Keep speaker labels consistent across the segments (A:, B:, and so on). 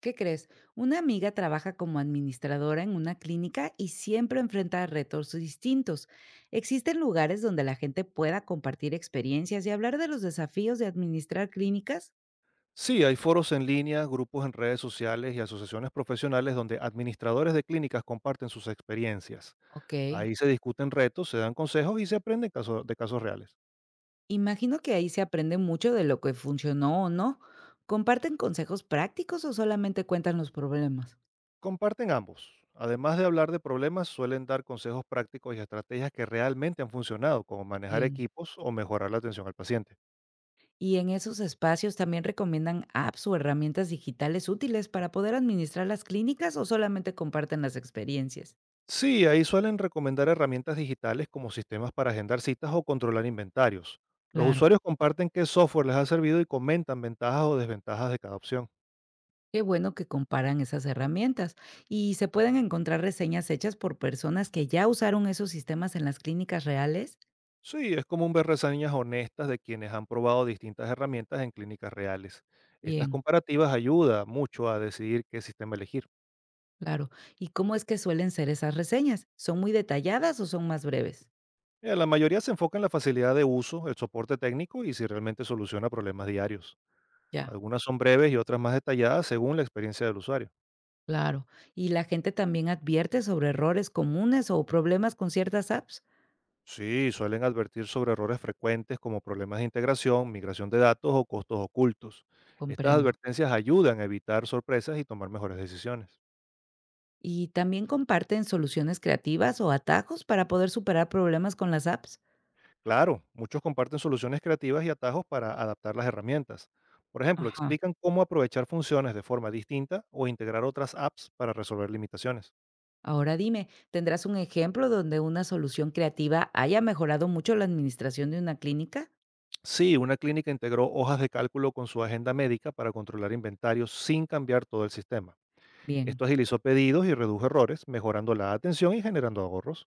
A: ¿Qué crees? Una amiga trabaja como administradora en una clínica y siempre enfrenta retos distintos. ¿Existen lugares donde la gente pueda compartir experiencias y hablar de los desafíos de administrar clínicas?
B: Sí, hay foros en línea, grupos en redes sociales y asociaciones profesionales donde administradores de clínicas comparten sus experiencias.
A: Ok.
B: Ahí se discuten retos, se dan consejos y se aprenden de casos reales.
A: Imagino que ahí se aprende mucho de lo que funcionó o no. ¿Comparten consejos prácticos o solamente cuentan los problemas?
B: Comparten ambos. Además de hablar de problemas, suelen dar consejos prácticos y estrategias que realmente han funcionado, como manejar
A: Bien.
B: equipos o mejorar la atención al paciente.
A: Y en esos espacios también recomiendan apps o herramientas digitales útiles para poder administrar las clínicas o solamente comparten las experiencias.
B: Sí, ahí suelen recomendar herramientas digitales como sistemas para agendar citas o controlar inventarios. Los
A: Claro.
B: usuarios comparten qué software les ha servido y comentan ventajas o desventajas de cada opción.
A: Qué bueno que comparan esas herramientas y se pueden encontrar reseñas hechas por personas que ya usaron esos sistemas en las clínicas reales.
B: Sí, es común ver reseñas honestas de quienes han probado distintas herramientas en clínicas reales. Estas
A: Bien,
B: comparativas ayudan mucho a decidir qué sistema elegir.
A: claro. ¿Y cómo es que suelen ser esas reseñas? ¿Son muy detalladas o son más breves?
B: Mira, la mayoría se enfoca en la facilidad de uso, el soporte técnico y si realmente soluciona problemas diarios.
A: Ya,
B: Algunas son breves y otras más detalladas según la experiencia del usuario.
A: claro. ¿Y la gente también advierte sobre errores comunes o problemas con ciertas apps?
B: Sí, suelen advertir sobre errores frecuentes como problemas de integración, migración de datos o costos ocultos. Estas
A: Comprendo.
B: advertencias ayudan a evitar sorpresas y tomar mejores decisiones.
A: ¿Y también comparten soluciones creativas o atajos para poder superar problemas con las apps?
B: Claro, muchos comparten soluciones creativas y atajos para adaptar las herramientas. Por ejemplo,
A: Ajá.
B: explican cómo aprovechar funciones de forma distinta o integrar otras apps para resolver limitaciones.
A: Ahora dime, ¿tendrás un ejemplo donde una solución creativa haya mejorado mucho la administración de una clínica?
B: Sí, una clínica integró hojas de cálculo con su agenda médica para controlar inventarios sin cambiar todo el sistema.
A: Bien.
B: Esto agilizó pedidos y redujo errores, mejorando la atención y generando ahorros.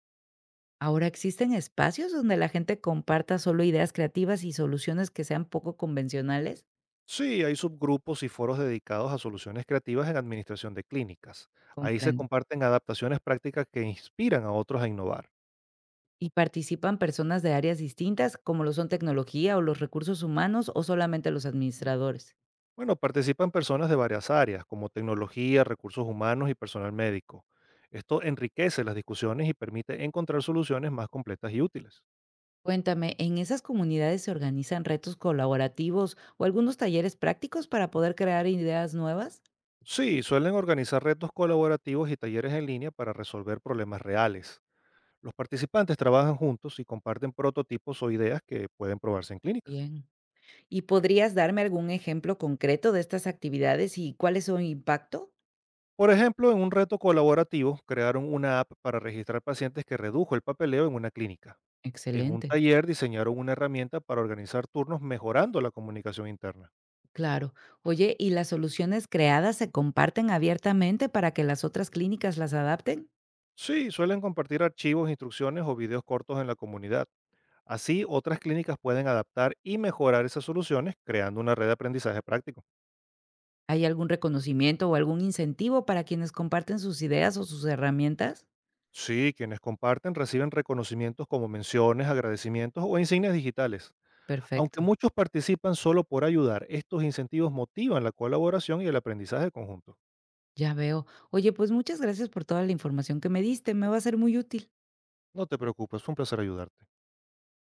A: Ahora existen espacios donde la gente comparta solo ideas creativas y soluciones que sean poco convencionales.
B: Sí, hay subgrupos y foros dedicados a soluciones creativas en administración de clínicas. Ahí se
A: Comprendo.
B: comparten adaptaciones prácticas que inspiran a otros a innovar.
A: ¿Y participan personas de áreas distintas, como lo son tecnología o los recursos humanos o solamente los administradores?
B: Bueno, participan personas de varias áreas, como tecnología, recursos humanos y personal médico. Esto enriquece las discusiones y permite encontrar soluciones más completas y útiles.
A: Cuéntame, ¿en esas comunidades se organizan retos colaborativos o algunos talleres prácticos para poder crear ideas nuevas?
B: Sí, suelen organizar retos colaborativos y talleres en línea para resolver problemas reales. Los participantes trabajan juntos y comparten prototipos o ideas que pueden probarse en clínicas.
A: Bien. ¿Y podrías darme algún ejemplo concreto de estas actividades y cuál es su impacto?
B: Por ejemplo, en un reto colaborativo crearon una app para registrar pacientes que redujo el papeleo en una clínica. En un
A: Excelente,
B: taller diseñaron una herramienta para organizar turnos mejorando la comunicación interna.
A: claro. Oye, ¿y las soluciones creadas se comparten abiertamente para que las otras clínicas las adapten?
B: Sí, suelen compartir archivos, instrucciones o videos cortos en la comunidad. Así, otras clínicas pueden adaptar y mejorar esas soluciones creando una red de aprendizaje práctico.
A: ¿Hay algún reconocimiento o algún incentivo para quienes comparten sus ideas o sus herramientas?
B: Sí, quienes comparten reciben reconocimientos como menciones, agradecimientos o insignias digitales. Aunque
A: Perfecto,
B: muchos participan solo por ayudar, estos incentivos motivan la colaboración y el aprendizaje conjunto.
A: ya veo. Oye, pues muchas gracias por toda la información que me diste, me va a ser muy útil.
B: No te preocupes, fue un placer ayudarte.